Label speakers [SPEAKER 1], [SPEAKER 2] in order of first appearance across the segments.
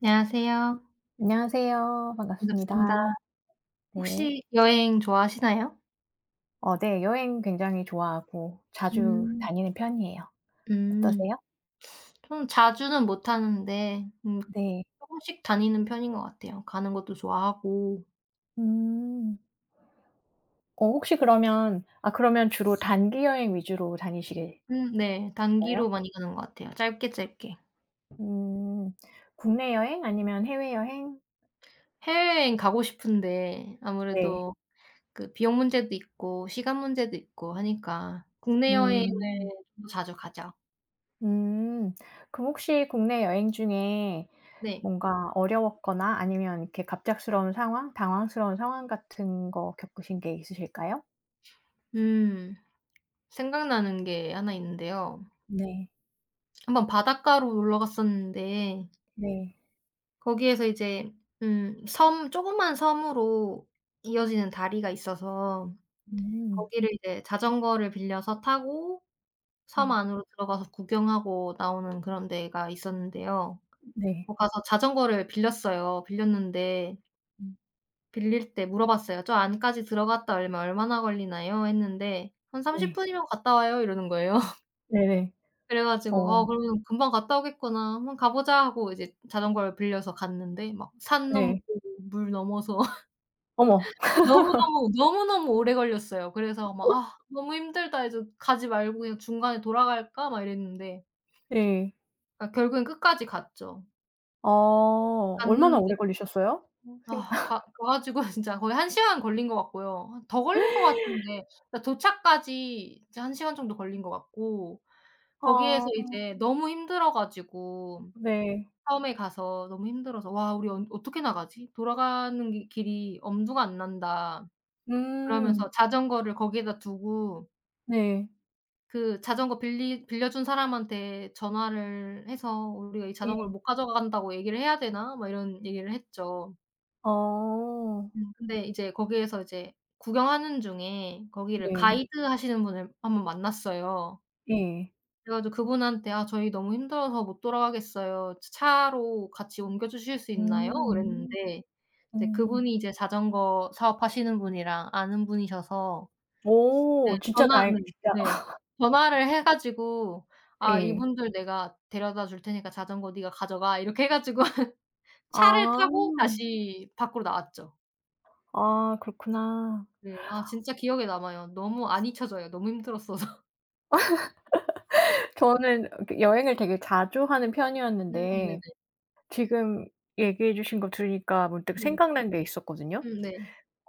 [SPEAKER 1] 안녕하세요.
[SPEAKER 2] 안녕하세요.
[SPEAKER 1] 반갑습니다.
[SPEAKER 2] 반갑습니다. 네.
[SPEAKER 1] 혹시 여행 좋아하시나요?
[SPEAKER 2] 네. 여행 굉장히 좋아하고 자주
[SPEAKER 1] 음.
[SPEAKER 2] 다니는 편이에요.
[SPEAKER 1] 음.
[SPEAKER 2] 어떠세요?
[SPEAKER 1] 저는 자주는 못 하는데
[SPEAKER 2] 네.
[SPEAKER 1] 쪼끔씩 다니는 편인 것 같아요. 가는 것도 좋아하고
[SPEAKER 2] 음. 혹시 그러면 주로 단기 여행 위주로 다니시겠어요?
[SPEAKER 1] 네. 단기로 많이 가는 것 같아요. 짧게 짧게.
[SPEAKER 2] 음. 국내 여행 아니면 해외 여행?
[SPEAKER 1] 해외여행 가고 싶은데
[SPEAKER 2] 네.
[SPEAKER 1] 아무래도 그 비용 문제도 있고 시간 문제도 있고 하니까 국내 여행을
[SPEAKER 2] 음.
[SPEAKER 1] 좀 더 자주 가죠.
[SPEAKER 2] 음. 그럼 혹시 국내 여행 중에
[SPEAKER 1] 네.
[SPEAKER 2] 뭔가 어려웠거나 아니면 이렇게 갑작스러운 상황, 당황스러운 상황 같은 거 겪으신 게 있으실까요?
[SPEAKER 1] 음. 생각나는 게 하나 있는데요.
[SPEAKER 2] 네.
[SPEAKER 1] 한번 바닷가로 놀러 갔었는데
[SPEAKER 2] 네.
[SPEAKER 1] 거기에서 이제 섬 조그만 섬으로 이어지는 다리가 있어서
[SPEAKER 2] 음.
[SPEAKER 1] 거기를 이제 자전거를 빌려서 타고 섬
[SPEAKER 2] 음.
[SPEAKER 1] 안으로 들어가서 구경하고 나오는 그런 데가 있었는데요.
[SPEAKER 2] 네.
[SPEAKER 1] 거 가서 자전거를 빌렸어요. 빌렸는데
[SPEAKER 2] 음.
[SPEAKER 1] 빌릴 때 물어봤어요. "저 안까지 들어갔다 오려면 얼마나 걸리나요?" 했는데 "한 30
[SPEAKER 2] 네.
[SPEAKER 1] 분이면 갔다 와요." 이러는 거예요.
[SPEAKER 2] 네네.
[SPEAKER 1] 그래 가지고 '어
[SPEAKER 2] 어
[SPEAKER 1] 그러면 금방 갔다 오겠구나. 한번 가 보자.' 하고 이제 자전거를 빌려서 갔는데 막 산
[SPEAKER 2] 네.
[SPEAKER 1] 넘고 물 넘어서
[SPEAKER 2] 어머.
[SPEAKER 1] 너무너무, 너무너무 오래 걸렸어요. 그래서 막 '아 너무 힘들다.' 해서 '가지 말고 그냥 중간에 돌아갈까?' 막 이랬는데
[SPEAKER 2] 네.
[SPEAKER 1] 그러니까 결국엔 끝까지 갔죠.
[SPEAKER 2] 아 얼마나
[SPEAKER 1] 갔는데
[SPEAKER 2] 오래 걸리셨어요? 어 생
[SPEAKER 1] 아 가 가 가지고 진짜 거의 한 시간 걸린 것 같고요. 한 더 걸린 것 같은데 그러니까 도착까지 이제 한 시간 정도 걸린 것 같고 거기에서
[SPEAKER 2] 아
[SPEAKER 1] 이제 너무 힘들어 가지고
[SPEAKER 2] 네.
[SPEAKER 1] 처음에 가서 너무 힘들어서 '와 우리 언 어떻게 나가지? 돌아가는 기 길이 엄두가 안 난다.'
[SPEAKER 2] 음.
[SPEAKER 1] 그러면서 자전거를 거기에다 두고
[SPEAKER 2] 네.
[SPEAKER 1] 그 자전거 빌리 빌려준 사람한테 전화를 해서 "우리가 이 자전거를
[SPEAKER 2] 예.
[SPEAKER 1] 못 가져간다고 얘기를 해야 되나?" 막 이런 얘기를 했죠.
[SPEAKER 2] 아.
[SPEAKER 1] 음. 근데 이제 거기에서 이제 구경하는 중에 거기를 네.
[SPEAKER 2] 네.
[SPEAKER 1] 가이드 하시는 분을 한번 만났어요.
[SPEAKER 2] 예.
[SPEAKER 1] 그래 가지고 그분한테 "아 저희 너무 힘들어서 못 돌아가겠어요. 차 차로 같이 옮겨 주실 수 있나요?"
[SPEAKER 2] 음.
[SPEAKER 1] 그랬는데 이제
[SPEAKER 2] 음.
[SPEAKER 1] 그분이 이제 자전거 사업하시는 분이랑 아는 분이셔서 네.
[SPEAKER 2] 오 진짜
[SPEAKER 1] 전화
[SPEAKER 2] 다행
[SPEAKER 1] 네.
[SPEAKER 2] 진짜
[SPEAKER 1] 네. 전화를 해 가지고 "아
[SPEAKER 2] 예.
[SPEAKER 1] 이분들 내가 데려다 줄 테니까 자전거 네가 가져가." 이렇게 해 가지고 차를
[SPEAKER 2] 아.
[SPEAKER 1] 타고 다시 밖으로 나왔죠.
[SPEAKER 2] 아 그렇구나.
[SPEAKER 1] 네. 아 진짜 기억에 남아요. 너무 안 잊혀져요, 너무 힘들었어서.
[SPEAKER 2] 저는 이렇게 여행을 되게 자주 하는
[SPEAKER 1] 네네.
[SPEAKER 2] 편이었는데 지금 얘기해 주신 거 들으니까 문득
[SPEAKER 1] 네.
[SPEAKER 2] 생각난 게 있었거든요.
[SPEAKER 1] 네.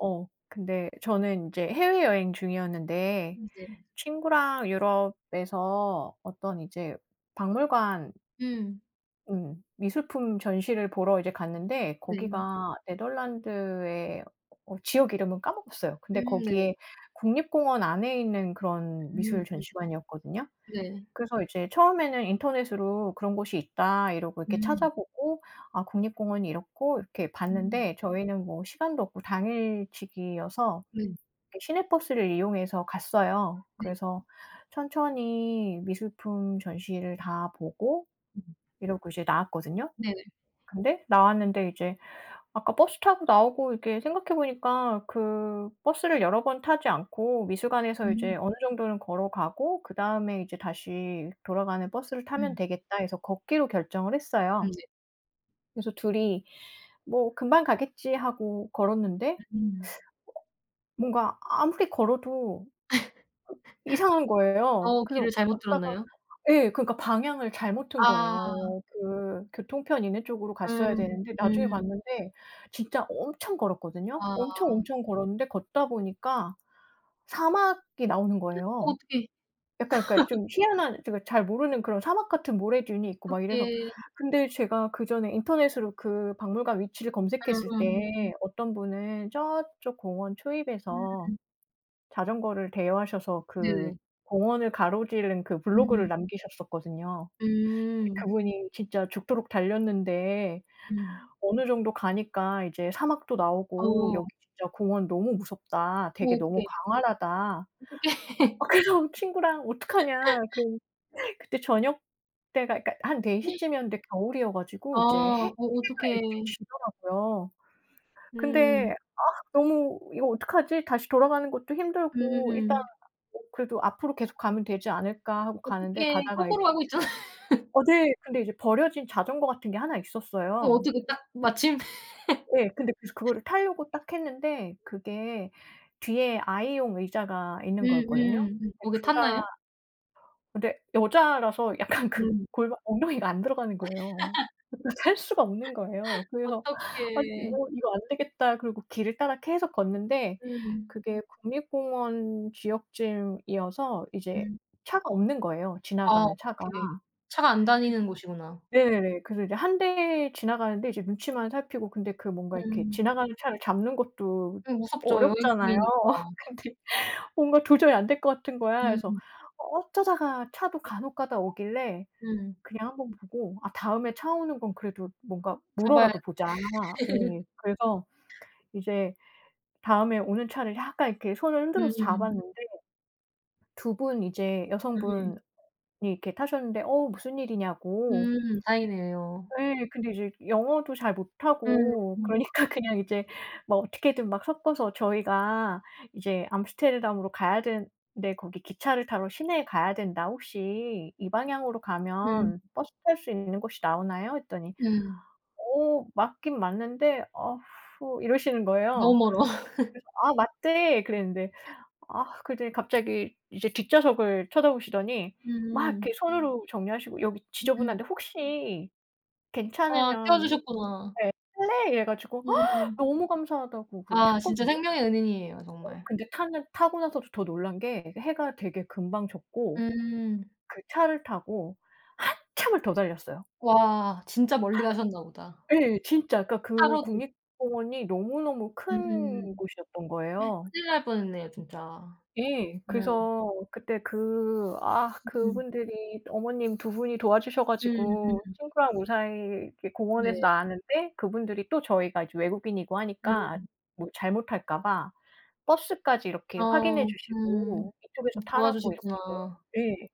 [SPEAKER 2] 근데 저는 이제 해외여행 중이었는데
[SPEAKER 1] 이제
[SPEAKER 2] 친구랑 유럽에서 어떤 이제 박물관
[SPEAKER 1] 음
[SPEAKER 2] 미술품 전시를 보러 이제 갔는데
[SPEAKER 1] 네.
[SPEAKER 2] 거기가 네덜란드의 지역 이름은 까먹었어요. 근데
[SPEAKER 1] 네네.
[SPEAKER 2] 거기에 국립공원 안에 있는 그런 미술
[SPEAKER 1] 음
[SPEAKER 2] 전시관이었거든요.
[SPEAKER 1] 네.
[SPEAKER 2] 그래서 이제 처음에는 인터넷으로 "그런 곳이 있다." 이러고 이렇게
[SPEAKER 1] 음.
[SPEAKER 2] 찾아보고 "아 국립공원이 이렇고." 이렇게
[SPEAKER 1] 음.
[SPEAKER 2] 봤는데 저희는 뭐 시간도 없고 당일치기여서
[SPEAKER 1] 네.
[SPEAKER 2] 그 시내버스를 이용해서 갔어요.
[SPEAKER 1] 네.
[SPEAKER 2] 그래서 천천히 미술품 전시를 다 보고
[SPEAKER 1] 음.
[SPEAKER 2] 이러고 이제 나왔거든요.
[SPEAKER 1] 네네.
[SPEAKER 2] 근데 나왔는데 이제 아까 버스 타고 나오고 이렇게 생각해 보니까 그 버스를 여러 번 타지 않고 미술관에서
[SPEAKER 1] 음.
[SPEAKER 2] 이제 어느 정도는 걸어가고 그다음에 이제 다시 돌아가는 '버스를 타면
[SPEAKER 1] 음.
[SPEAKER 2] 되겠다.' 해서 걷기로 결정을 했어요.
[SPEAKER 1] 네.
[SPEAKER 2] 그래서 둘이 '뭐 금방 가겠지.' 하고 걸었는데
[SPEAKER 1] 음.
[SPEAKER 2] 뭔가 아무리 걸어도 이상한 거예요.
[SPEAKER 1] 어
[SPEAKER 2] 그래서
[SPEAKER 1] 귀를 잘못
[SPEAKER 2] 걷다가
[SPEAKER 1] 들었나요?
[SPEAKER 2] 예 그러니까 방향을 잘못 튼
[SPEAKER 1] 아.
[SPEAKER 2] 거예요. 그 교통편 있는 쪽으로 갔어야
[SPEAKER 1] 음.
[SPEAKER 2] 되는데 나중에
[SPEAKER 1] 음.
[SPEAKER 2] 봤는데 진짜 엄청 걸었거든요. 엄청,
[SPEAKER 1] 아.
[SPEAKER 2] 엄청 걸었는데 걷다 보니까 사막이 나오는
[SPEAKER 1] 어
[SPEAKER 2] 거예요.
[SPEAKER 1] 어떻게
[SPEAKER 2] 약간 그러니까 좀 희한한 제가 잘 모르는 그런 사막 같은 모래 듄이 있고 막 이래서
[SPEAKER 1] 어떻게
[SPEAKER 2] 근데 제가 그전에 인터넷으로 그 박물관 위치를
[SPEAKER 1] 음
[SPEAKER 2] 검색했을
[SPEAKER 1] 음.
[SPEAKER 2] 때 어떤 분은 저쪽 공원 초입에서
[SPEAKER 1] 음.
[SPEAKER 2] 자전거를 대여하셔서 그
[SPEAKER 1] 네네.
[SPEAKER 2] 공원을 가로지른 그 블로그를
[SPEAKER 1] 음음.
[SPEAKER 2] 남기셨었거든요. 근데
[SPEAKER 1] 음.
[SPEAKER 2] 그분이 진짜 죽도록 달렸는데
[SPEAKER 1] 음.
[SPEAKER 2] 어느 정도 가니까 이제 사막도 나오고
[SPEAKER 1] 어.
[SPEAKER 2] "여기 진짜 공원 너무 무섭다.
[SPEAKER 1] 어
[SPEAKER 2] 되게 너무
[SPEAKER 1] 어떡해.
[SPEAKER 2] 광활하다." 아
[SPEAKER 1] 어떡해.
[SPEAKER 2] 그래서 친구랑 "어떡하냐." 그래 그때 저녁 때가 그러니까 한 4시 시쯤이었는데 겨울이어
[SPEAKER 1] 아
[SPEAKER 2] 가지고 이제 해 해가
[SPEAKER 1] 어 어떡해.
[SPEAKER 2] 일찍 지더라고요.
[SPEAKER 1] 음.
[SPEAKER 2] 근데 너무 '이거 어떡하지? 다시 돌아가는 것도 힘들고 일단
[SPEAKER 1] 음음음.
[SPEAKER 2] 뭐 그래도 앞으로 계속 가면 되지 않을까?' 하고 가는데
[SPEAKER 1] 어떡해.
[SPEAKER 2] 가다가 이제
[SPEAKER 1] 거꾸로 가고 있잖아.
[SPEAKER 2] 네. 근데 이제 버려진 자전거 같은 게 하나
[SPEAKER 1] 어
[SPEAKER 2] 있었어요.
[SPEAKER 1] 어떻게 딱 마침
[SPEAKER 2] 예. 근데 그래서 그거를 타려고 딱 했는데 그게 뒤에 아이용 의자가 있는 거였거든요.
[SPEAKER 1] 음음. 음. 거기에
[SPEAKER 2] 둘다
[SPEAKER 1] 탔나요?
[SPEAKER 2] 근데 여자라서 약간 그
[SPEAKER 1] 음.
[SPEAKER 2] 골반 엉덩이가 안 들어가는 거예요. 그래서 셀 수가 없는 거예요.
[SPEAKER 1] 어
[SPEAKER 2] 그래서
[SPEAKER 1] 떻게
[SPEAKER 2] '아니 이거 이거 안 되겠다.' 그리고 길을 따라 계속 걷는데
[SPEAKER 1] 음.
[SPEAKER 2] 그게 국립공원 지역쯤이어서 이제
[SPEAKER 1] 음.
[SPEAKER 2] 차가 없는 거예요,
[SPEAKER 1] 아
[SPEAKER 2] 지나가는 차가.
[SPEAKER 1] 어떡해. 차가 안
[SPEAKER 2] 그래서
[SPEAKER 1] 다니는 곳이구나.
[SPEAKER 2] 네네네. 그래서 이제 한 대 지나가는데 이제 눈치만 살피고 근데 그 뭔가 이렇게
[SPEAKER 1] 음.
[SPEAKER 2] 지나가는 차를 잡는 것도
[SPEAKER 1] 무섭죠. 여행
[SPEAKER 2] 어렵잖아요.
[SPEAKER 1] 중이니까.
[SPEAKER 2] 근데 뭔가 도저히 안 될 것 같은 거야. 그래서
[SPEAKER 1] 음.
[SPEAKER 2] 어쩌다가 차도 간혹 가다 오길래
[SPEAKER 1] 음.
[SPEAKER 2] 그냥 한번 보고 '아 다음에 차 오는 건 그래도 뭔가
[SPEAKER 1] 잡아야
[SPEAKER 2] 물어라도 보자.' 예. 그래서 이제 다음에 오는 차를 약간 이렇게 손을
[SPEAKER 1] 음음.
[SPEAKER 2] 흔들어서
[SPEAKER 1] 음음.
[SPEAKER 2] 잡았는데 두 분 이제 여성분이 이렇게 타셨는데 "어 무슨 일이냐."고
[SPEAKER 1] 다행이네요.
[SPEAKER 2] 예. 근데 이제 영어도 잘
[SPEAKER 1] 음.
[SPEAKER 2] 못하고 그러니까 그냥 이제 막 어떻게든 막 섞어서 저희가 이제 암스테르담으로 가야 되는데 거기 기차를 타러 시내에 가야 된다. "혹시 이 방향으로
[SPEAKER 1] 음.
[SPEAKER 2] 가면 버스 탈 수 있는 곳이 나오나요?" 했더니
[SPEAKER 1] 음.
[SPEAKER 2] 맞긴 맞는데 "어 후." 이러시는
[SPEAKER 1] 너무
[SPEAKER 2] 거예요.
[SPEAKER 1] 멀어.
[SPEAKER 2] 그래서 "아 맞대." 그랬는데 아 그러더니 갑자기 이제 뒷좌석을 쳐다보시더니 막
[SPEAKER 1] 음.
[SPEAKER 2] 이렇게 손으로 정리하시고 "여기
[SPEAKER 1] 음
[SPEAKER 2] 지저분한데 혹시
[SPEAKER 1] 아 태워
[SPEAKER 2] 괜찮으면
[SPEAKER 1] 주셨구나.
[SPEAKER 2] 예 할래?" 이래 가지고
[SPEAKER 1] 음.
[SPEAKER 2] 너무 감사하다고 그러고
[SPEAKER 1] 아 진짜
[SPEAKER 2] 탔거든요.
[SPEAKER 1] 생명의 은인이에요 정말.
[SPEAKER 2] 근데 타는 타고 나서도 더 놀란 게 해가 되게 금방 졌고
[SPEAKER 1] 음.
[SPEAKER 2] 그 차를 타고 참을 더 달렸어요.
[SPEAKER 1] 와 진짜 멀리 가셨나 보다.
[SPEAKER 2] 예 진짜. 그러니까
[SPEAKER 1] 하
[SPEAKER 2] 그
[SPEAKER 1] 루도
[SPEAKER 2] 국립공원이 너무너무 큰
[SPEAKER 1] 음.
[SPEAKER 2] 곳이었던 거예요.
[SPEAKER 1] 큰일 날 뻔했네요 진짜.
[SPEAKER 2] 예.
[SPEAKER 1] 네.
[SPEAKER 2] 그래서 그때
[SPEAKER 1] 음.
[SPEAKER 2] 그분들이 어머님 두 분이 도와주셔
[SPEAKER 1] 음
[SPEAKER 2] 가지고
[SPEAKER 1] 음.
[SPEAKER 2] 친구랑 무사히 이렇게
[SPEAKER 1] 네.
[SPEAKER 2] 공원에서 나왔는데 그분들이 또 저희가 이제 외국인이고
[SPEAKER 1] 음.
[SPEAKER 2] 하니까 뭐 잘못할까 봐 버스까지 이렇게 확인해
[SPEAKER 1] 어. 음.
[SPEAKER 2] 주시고 "이쪽에서 타라."고 이렇게
[SPEAKER 1] 도와주셨구나.
[SPEAKER 2] 예.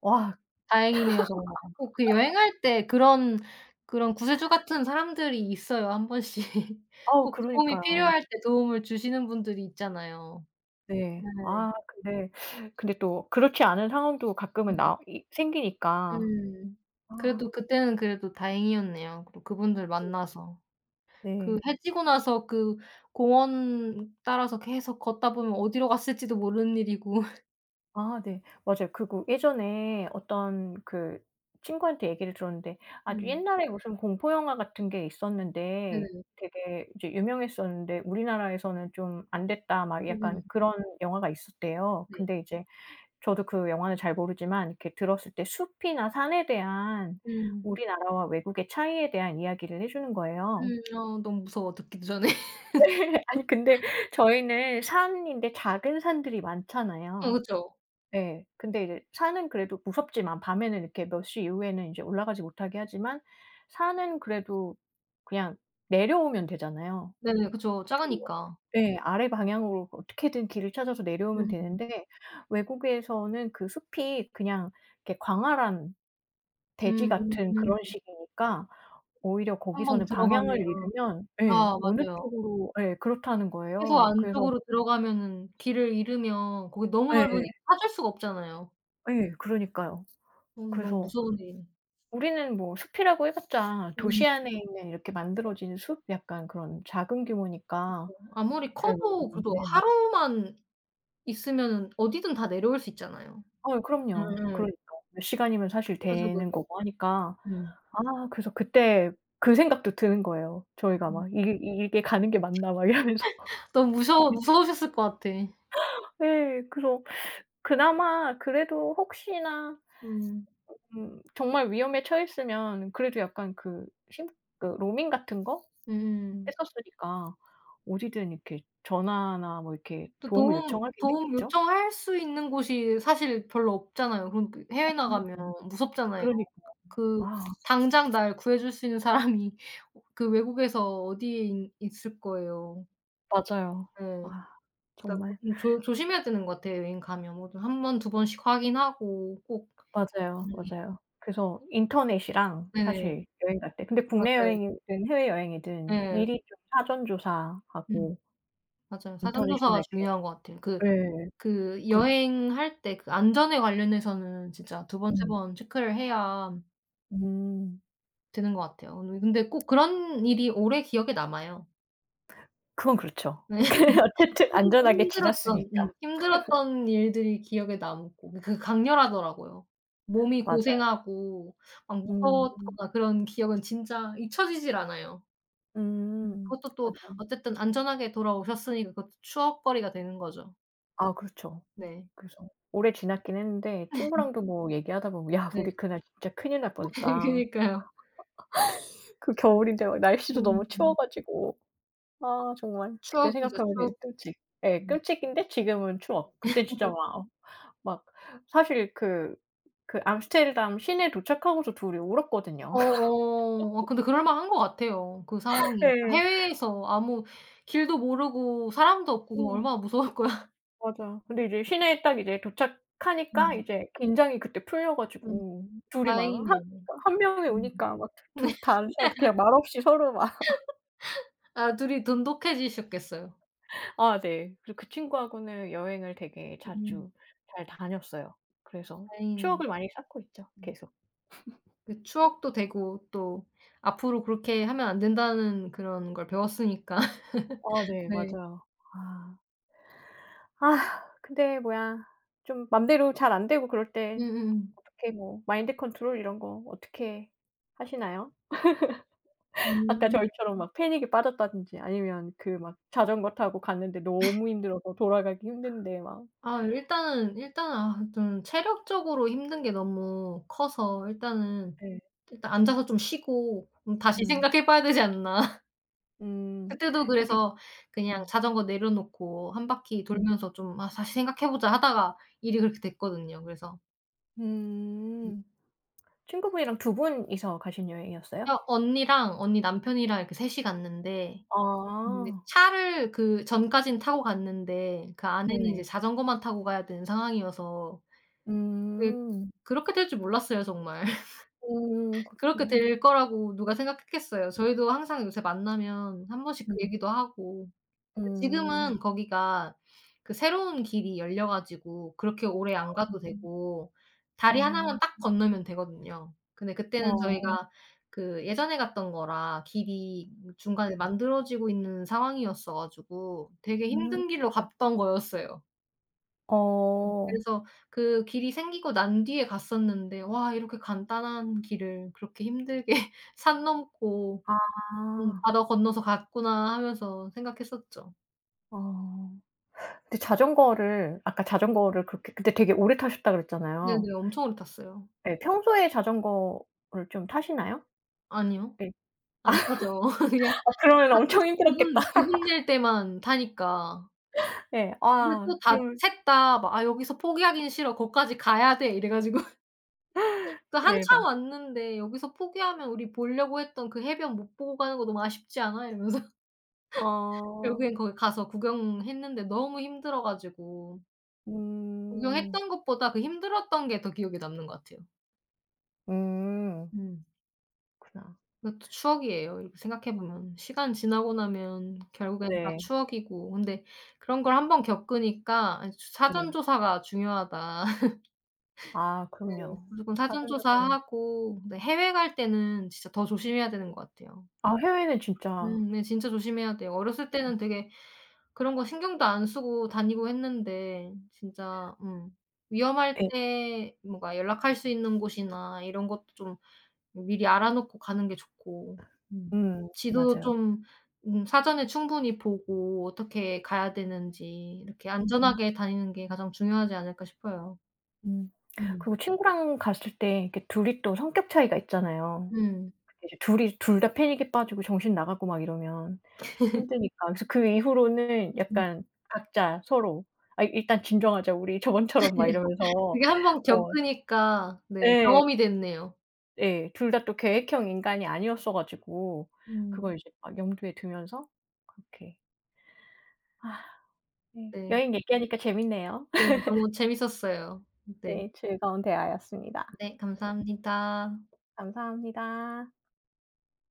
[SPEAKER 2] 와
[SPEAKER 1] 다행이네요 정말. 꼭 그 여행할 때 그런 그런 구세주 같은 사람들이 있어요 한 번씩.
[SPEAKER 2] 아우
[SPEAKER 1] 꼭 도움이
[SPEAKER 2] 그러니까요.
[SPEAKER 1] 필요할 때 도움을 주시는 분들이 있잖아요.
[SPEAKER 2] 네.
[SPEAKER 1] 네.
[SPEAKER 2] 아 근데 또 그렇지 않은 상황도 가끔은
[SPEAKER 1] 음.
[SPEAKER 2] 나 이 생기니까.
[SPEAKER 1] 음.
[SPEAKER 2] 아
[SPEAKER 1] 그래도 그때는 그래도 다행이었네요. 그리고 그분들
[SPEAKER 2] 네.
[SPEAKER 1] 만나서. 그
[SPEAKER 2] 네.
[SPEAKER 1] 해 지고 나서 그 공원 따라서 계속 걷다 보면 어디로 갔을지도 모르는 일이고.
[SPEAKER 2] 아 네. 맞아요. 그리고 예전에 어떤 그 친구한테 얘기를 들었는데 아주
[SPEAKER 1] 음.
[SPEAKER 2] 옛날에 무슨 공포 영화 같은 게 있었는데
[SPEAKER 1] 네네.
[SPEAKER 2] 되게 이제 유명했었는데 "우리나라에서는 좀 안 됐다." 막
[SPEAKER 1] 음.
[SPEAKER 2] 약간 그런 영화가 있었대요.
[SPEAKER 1] 네.
[SPEAKER 2] 근데 이제 저도 그 영화는 잘 모르지만 이렇게 들었을 때 숲이나 산에 대한
[SPEAKER 1] 음.
[SPEAKER 2] 우리나라와 외국의 차이에 대한 이야기를 해 주는 거예요.
[SPEAKER 1] 음. 어, 너무 무서워 듣기도 전에.
[SPEAKER 2] 아니 근데 저희는 산인데 작은 산들이
[SPEAKER 1] 어
[SPEAKER 2] 많잖아요.
[SPEAKER 1] 그쵸.
[SPEAKER 2] 예. 근데 이제 산은 그래도 무섭지만 밤에는 이렇게 몇 시 이후에는 인제 올라가지 못하게 하지만 산은 그래도 그냥 내려오면 되잖아요.
[SPEAKER 1] 네네. 그쵸.
[SPEAKER 2] 들어
[SPEAKER 1] 작으니까.
[SPEAKER 2] 예. 아래 방향으로 어떻게든 길을 찾아서 내려오면 되는데 외국에서는 그 숲이 그냥 이렇게 광활한 대지
[SPEAKER 1] 음 음
[SPEAKER 2] 같은
[SPEAKER 1] 음.
[SPEAKER 2] 그런 식이니까 오히려
[SPEAKER 1] 한 번
[SPEAKER 2] 거기서는
[SPEAKER 1] 들어가면
[SPEAKER 2] 방향을 잃으면 예
[SPEAKER 1] 아
[SPEAKER 2] 어느
[SPEAKER 1] 맞아요.
[SPEAKER 2] 쪽으로 예 그렇다는
[SPEAKER 1] 해서
[SPEAKER 2] 거예요. 그래서
[SPEAKER 1] 안쪽으로 들어가면은 길을 잃으면 거기 너무
[SPEAKER 2] 예.
[SPEAKER 1] 넓으니까 찾을 수가 없잖아요.
[SPEAKER 2] 예. 그러니까요.
[SPEAKER 1] 너무, 너무
[SPEAKER 2] 그래서
[SPEAKER 1] 무서운 일이네.
[SPEAKER 2] 우리는 뭐 숲이라고 해 봤자
[SPEAKER 1] 음.
[SPEAKER 2] 도시 안에 있는 이렇게 만들어진 숲 약간 그런 작은 규모니까
[SPEAKER 1] 아무리
[SPEAKER 2] 잘
[SPEAKER 1] 커도 그래도
[SPEAKER 2] 모르는데
[SPEAKER 1] 하루만 있으면은 어디든 다 내려올 수 있잖아요.
[SPEAKER 2] 그럼요.
[SPEAKER 1] 음음.
[SPEAKER 2] 그러니까 몇 시간이면 사실
[SPEAKER 1] 그죠, 그죠.
[SPEAKER 2] 되는 거고 하니까
[SPEAKER 1] 음.
[SPEAKER 2] 아 그래서 그때 그 생각도 드는 거예요. 저희가
[SPEAKER 1] 음.
[SPEAKER 2] 막 '이게 이게 가는 게 맞나?' 막 이러면서
[SPEAKER 1] 너무
[SPEAKER 2] 막
[SPEAKER 1] 무서워
[SPEAKER 2] 이렇게
[SPEAKER 1] 무서우셨을 것 같아. 음.
[SPEAKER 2] 네. 그래서 그나마 그래도 혹시나
[SPEAKER 1] 음.
[SPEAKER 2] 정말 위험에 처했으면 그래도 약간 그 심 그 로밍 같은 거?
[SPEAKER 1] 음.
[SPEAKER 2] 했었으니까 어디든 이렇게 전화나 뭐 이렇게
[SPEAKER 1] 또
[SPEAKER 2] 도움을
[SPEAKER 1] 도움
[SPEAKER 2] 요청하긴
[SPEAKER 1] 도움
[SPEAKER 2] 했겠죠?
[SPEAKER 1] 요청할 수 있는 곳이 사실 별로 없잖아요. 그럼 그 해외 나가면
[SPEAKER 2] 그러니까요.
[SPEAKER 1] 무섭잖아요.
[SPEAKER 2] 그러니까.
[SPEAKER 1] 그
[SPEAKER 2] 아
[SPEAKER 1] 당장 날 구해 줄 수 있는 사람이 어 그 외국에서 어디에 있 있을 거예요.
[SPEAKER 2] 맞아요.
[SPEAKER 1] 예.
[SPEAKER 2] 아
[SPEAKER 1] 그러니까
[SPEAKER 2] 정말
[SPEAKER 1] 좀 조 조심해야 되는 것 같아요, 여행 가면. 뭐든 한 번 두 번씩 확인하고 꼭 음
[SPEAKER 2] 맞아요, 맞아요. 그래서 인터넷이랑
[SPEAKER 1] 네네.
[SPEAKER 2] 사실 여행 갈 때 근데 국내
[SPEAKER 1] 맞아요.
[SPEAKER 2] 여행이든 해외여행이든
[SPEAKER 1] 예.
[SPEAKER 2] 미리 좀 사전
[SPEAKER 1] 음.
[SPEAKER 2] 조사하고
[SPEAKER 1] 맞아요. 사전
[SPEAKER 2] 인터넷이나
[SPEAKER 1] 조사가 중요한
[SPEAKER 2] 이렇게
[SPEAKER 1] 것 같아요. 그
[SPEAKER 2] 예.
[SPEAKER 1] 그
[SPEAKER 2] 그
[SPEAKER 1] 여행할 때 그 안전에 관련해서는 진짜 두 번 세
[SPEAKER 2] 음.
[SPEAKER 1] 번 체크를 해야
[SPEAKER 2] 음.
[SPEAKER 1] 되는 것 같아요. 오늘 근데 꼭 그런 일이 오래 기억에 남아요.
[SPEAKER 2] 그건 그렇죠.
[SPEAKER 1] 네.
[SPEAKER 2] 어쨌든
[SPEAKER 1] 힘
[SPEAKER 2] 안전하게
[SPEAKER 1] 힘들었던
[SPEAKER 2] 지났으니까.
[SPEAKER 1] 힘들었던 일들이 기억에 남고 그 강렬하더라고요. 몸이
[SPEAKER 2] 맞아요.
[SPEAKER 1] 고생하고 막
[SPEAKER 2] 음.
[SPEAKER 1] 무서웠거나 그런 기억은 진짜 잊혀지질 않아요.
[SPEAKER 2] 음.
[SPEAKER 1] 그것도 또
[SPEAKER 2] 맞아요.
[SPEAKER 1] 어쨌든 안전하게 돌아오셨으니까 그것도 추억거리가 되는 거죠.
[SPEAKER 2] 아 그렇죠.
[SPEAKER 1] 네.
[SPEAKER 2] 그래서 오래 지났긴 했는데 친구랑도 뭐 얘기하다 보면 "야
[SPEAKER 1] 네.
[SPEAKER 2] 우리 그날 진짜 큰일 날 뻔했다."
[SPEAKER 1] 그니까요.
[SPEAKER 2] 그 겨울인데 막 날씨도 너무
[SPEAKER 1] 음.
[SPEAKER 2] 추워 가지고 아 정말 그때
[SPEAKER 1] 추억이죠,
[SPEAKER 2] 생각하면 되게
[SPEAKER 1] 추억.
[SPEAKER 2] 끔찍 예
[SPEAKER 1] 음.
[SPEAKER 2] 끔찍인데 지금은 추억. 그땐 진짜 막 사실 그 암스테르담 시내에 도착하고서 둘이 울었거든요. 예.
[SPEAKER 1] 어어. 아 근데 그럴 만한 것 같아요, 그 상황이. 해외에서 아무 길도 모르고 사람도 없고 그럼
[SPEAKER 2] 음
[SPEAKER 1] 얼마나 무서울 거야.
[SPEAKER 2] 맞아. 근데 이제 시내에 딱 이제 도착하니까
[SPEAKER 1] 음.
[SPEAKER 2] 이제 긴장이 그때 풀려
[SPEAKER 1] 음.
[SPEAKER 2] 가지고 둘이 막 한
[SPEAKER 1] 다행이네요.
[SPEAKER 2] 한 명이
[SPEAKER 1] 음.
[SPEAKER 2] 우니까 막 둘 다 안 싸우고 그냥 말없이 서로 막
[SPEAKER 1] 아 둘이 돈독해지셨겠어요.
[SPEAKER 2] 아 네. 그리고 그 친구하고는 여행을 되게
[SPEAKER 1] 음.
[SPEAKER 2] 자주 잘 다녔어요. 그래서
[SPEAKER 1] 다행이네요.
[SPEAKER 2] 추억을 많이 쌓고 있죠,
[SPEAKER 1] 음.
[SPEAKER 2] 계속.
[SPEAKER 1] 그 추억도 되고 또 앞으로 그렇게 하면 안 된다는 그런 걸 배웠으니까.
[SPEAKER 2] 아 네.
[SPEAKER 1] 네.
[SPEAKER 2] 맞아요. 아. 아 근데 뭐야 좀 맘대로 잘 안 되고 그럴 때
[SPEAKER 1] 음음.
[SPEAKER 2] 어떻게 뭐 마인드 컨트롤 이런 거 어떻게 하시나요?
[SPEAKER 1] 음.
[SPEAKER 2] 아까
[SPEAKER 1] 음.
[SPEAKER 2] 저희처럼 막 패닉에 빠졌다든지 아니면 그 막 자전거 타고 갔는데 너무 힘들어서 돌아가기 힘든데 막
[SPEAKER 1] 아 일단은 일단은 아 좀 체력적으로 힘든 게 너무 커서 일단은
[SPEAKER 2] 네.
[SPEAKER 1] 일단 앉아서 좀 쉬고 좀 다시
[SPEAKER 2] 음.
[SPEAKER 1] 생각해 봐야 되지 않나.
[SPEAKER 2] 음.
[SPEAKER 1] 그때도
[SPEAKER 2] 그게
[SPEAKER 1] 그래서 그냥
[SPEAKER 2] 음.
[SPEAKER 1] 자전거 내려놓고 한 바퀴
[SPEAKER 2] 음.
[SPEAKER 1] 돌면서 좀 '아 다시 생각해 보자.' 하다가 일이 그렇게 됐거든요. 그래서
[SPEAKER 2] 음. 친구분이랑 두 분이서 가신 여행이었어요?
[SPEAKER 1] 그냥 언니랑 언니 남편이랑 이렇게 이 갔는데 근데
[SPEAKER 2] 아.
[SPEAKER 1] 차를 그 전까진 타고 갔는데 그 안에는 이제
[SPEAKER 2] 네.
[SPEAKER 1] 자전거만 타고 가야 되는 상황이어서 그
[SPEAKER 2] 음.
[SPEAKER 1] 그렇게 될 줄 몰랐어요 정말. 그렇게
[SPEAKER 2] 그렇구나.
[SPEAKER 1] 될 거라고 누가 생각했겠어요. 저희도 항상 요새 만나면 한 번씩 그
[SPEAKER 2] 음.
[SPEAKER 1] 얘기도 하고
[SPEAKER 2] 음.
[SPEAKER 1] 지금은 거기가 그 새로운 길이 열려 가지고 그렇게 오래 안 가도
[SPEAKER 2] 음.
[SPEAKER 1] 되고 다리
[SPEAKER 2] 아.
[SPEAKER 1] 하나만 딱 건너면 되거든요. 근데 그때는
[SPEAKER 2] 어
[SPEAKER 1] 저희가 그 예전에 갔던 거라 길이 중간에
[SPEAKER 2] 네.
[SPEAKER 1] 만들어지고 있는 상황이었어 가지고 되게
[SPEAKER 2] 음.
[SPEAKER 1] 힘든 길로 갔던 거였어요.
[SPEAKER 2] 어.
[SPEAKER 1] 그래서 그 길이 생기고 난 뒤에 갔었는데 와 이렇게 간단한 길을 그렇게 힘들게 산 넘고
[SPEAKER 2] 아.
[SPEAKER 1] '바다 건너서 갔구나.' 하면서 생각했었죠.
[SPEAKER 2] 어. 근데 자전거를 아까 자전거를 그렇게 근데 되게 오래 타셨다 그랬잖아요.
[SPEAKER 1] 네네. 엄청 오래 탔어요.
[SPEAKER 2] 예. 평소에 자전거를 좀 타시나요?
[SPEAKER 1] 아니요.
[SPEAKER 2] 네.
[SPEAKER 1] 안 타죠. 그냥
[SPEAKER 2] 아 그러면 엄청
[SPEAKER 1] 가끔씩
[SPEAKER 2] 힘들었겠다.
[SPEAKER 1] 기분 낼 때만 타니까.
[SPEAKER 2] 예.
[SPEAKER 1] 근데
[SPEAKER 2] 아
[SPEAKER 1] 또 다
[SPEAKER 2] 그러면
[SPEAKER 1] 셋 다 막 "아 여기서 포기하긴 싫어. 거기까지 가야 돼." 이래 가지고 또 한참
[SPEAKER 2] 대박.
[SPEAKER 1] 왔는데 "여기서 포기하면 우리 보려고 했던 그 해변 못 보고 가는 거 너무 아쉽지 않아?" 이러면서
[SPEAKER 2] 아.
[SPEAKER 1] 결국엔 거기 가서 구경했는데 너무 힘들어 가지고
[SPEAKER 2] 음.
[SPEAKER 1] 구경했던 것보다 그 힘들었던 게 더 기억에 남는 것 같아요.
[SPEAKER 2] 음.
[SPEAKER 1] 음.
[SPEAKER 2] 그렇구나.
[SPEAKER 1] 그것도 추억이에요. 이렇게 생각해 보면. 시간 지나고 나면 결국엔 다
[SPEAKER 2] 네.
[SPEAKER 1] 추억이고 근데 그런 걸 한번 겪으니까 아이 조 '사전
[SPEAKER 2] 네.
[SPEAKER 1] 조사가 중요하다.' 네.
[SPEAKER 2] 아 그럼요. 음.
[SPEAKER 1] 무조건 사전
[SPEAKER 2] 사전 조사는
[SPEAKER 1] 조사하고 근데 해외 갈 때는 진짜 더 조심해야 되는 것 같아요.
[SPEAKER 2] 아 해외는 진짜
[SPEAKER 1] 네 진짜 조심해야 돼요. 어렸을 때는 되게 그런 거 신경도 안 쓰고 다니고 했는데 진짜 위험할
[SPEAKER 2] 예.
[SPEAKER 1] 때 뭔가 연락할 수 있는 곳이나 이런 것도 좀 뭐 미리 알아 놓고 가는 게 좋고. 음.
[SPEAKER 2] 음
[SPEAKER 1] 지도도
[SPEAKER 2] 맞아요.
[SPEAKER 1] 좀 사전에 충분히 보고 어떻게 가야 되는지 이렇게
[SPEAKER 2] 음
[SPEAKER 1] 안전하게 다니는 게 가장 중요하지 않을까 싶어요.
[SPEAKER 2] 음.
[SPEAKER 1] 음.
[SPEAKER 2] 그리고 친구랑 갔을 때 이렇게 둘이 또 성격 차이가 있잖아요.
[SPEAKER 1] 음.
[SPEAKER 2] 근데 이제 둘이 둘 다 패닉에 빠지고 정신 나가고 막 이러면 힘드니까. 그래서 그 이후로는
[SPEAKER 1] 음.
[SPEAKER 2] 약간 각자 서로 "아 일단 진정하자 우리." 저번처럼 막 이러면서
[SPEAKER 1] 그게 한 번
[SPEAKER 2] 어
[SPEAKER 1] 겪으니까 네
[SPEAKER 2] 예.
[SPEAKER 1] 경험이 됐네요.
[SPEAKER 2] 예. 둘 다 또 계획형 인간이 아니었어 가지고
[SPEAKER 1] 음.
[SPEAKER 2] 그걸 이제 막 염두에 두면서 그렇게 아 네.
[SPEAKER 1] 네.
[SPEAKER 2] 여행 얘기하니까 재밌네요.
[SPEAKER 1] 네 너무 재밌었어요. 네.
[SPEAKER 2] 네. 즐거운 대화였습니다.
[SPEAKER 1] 네 감사합니다.
[SPEAKER 2] 감사합니다.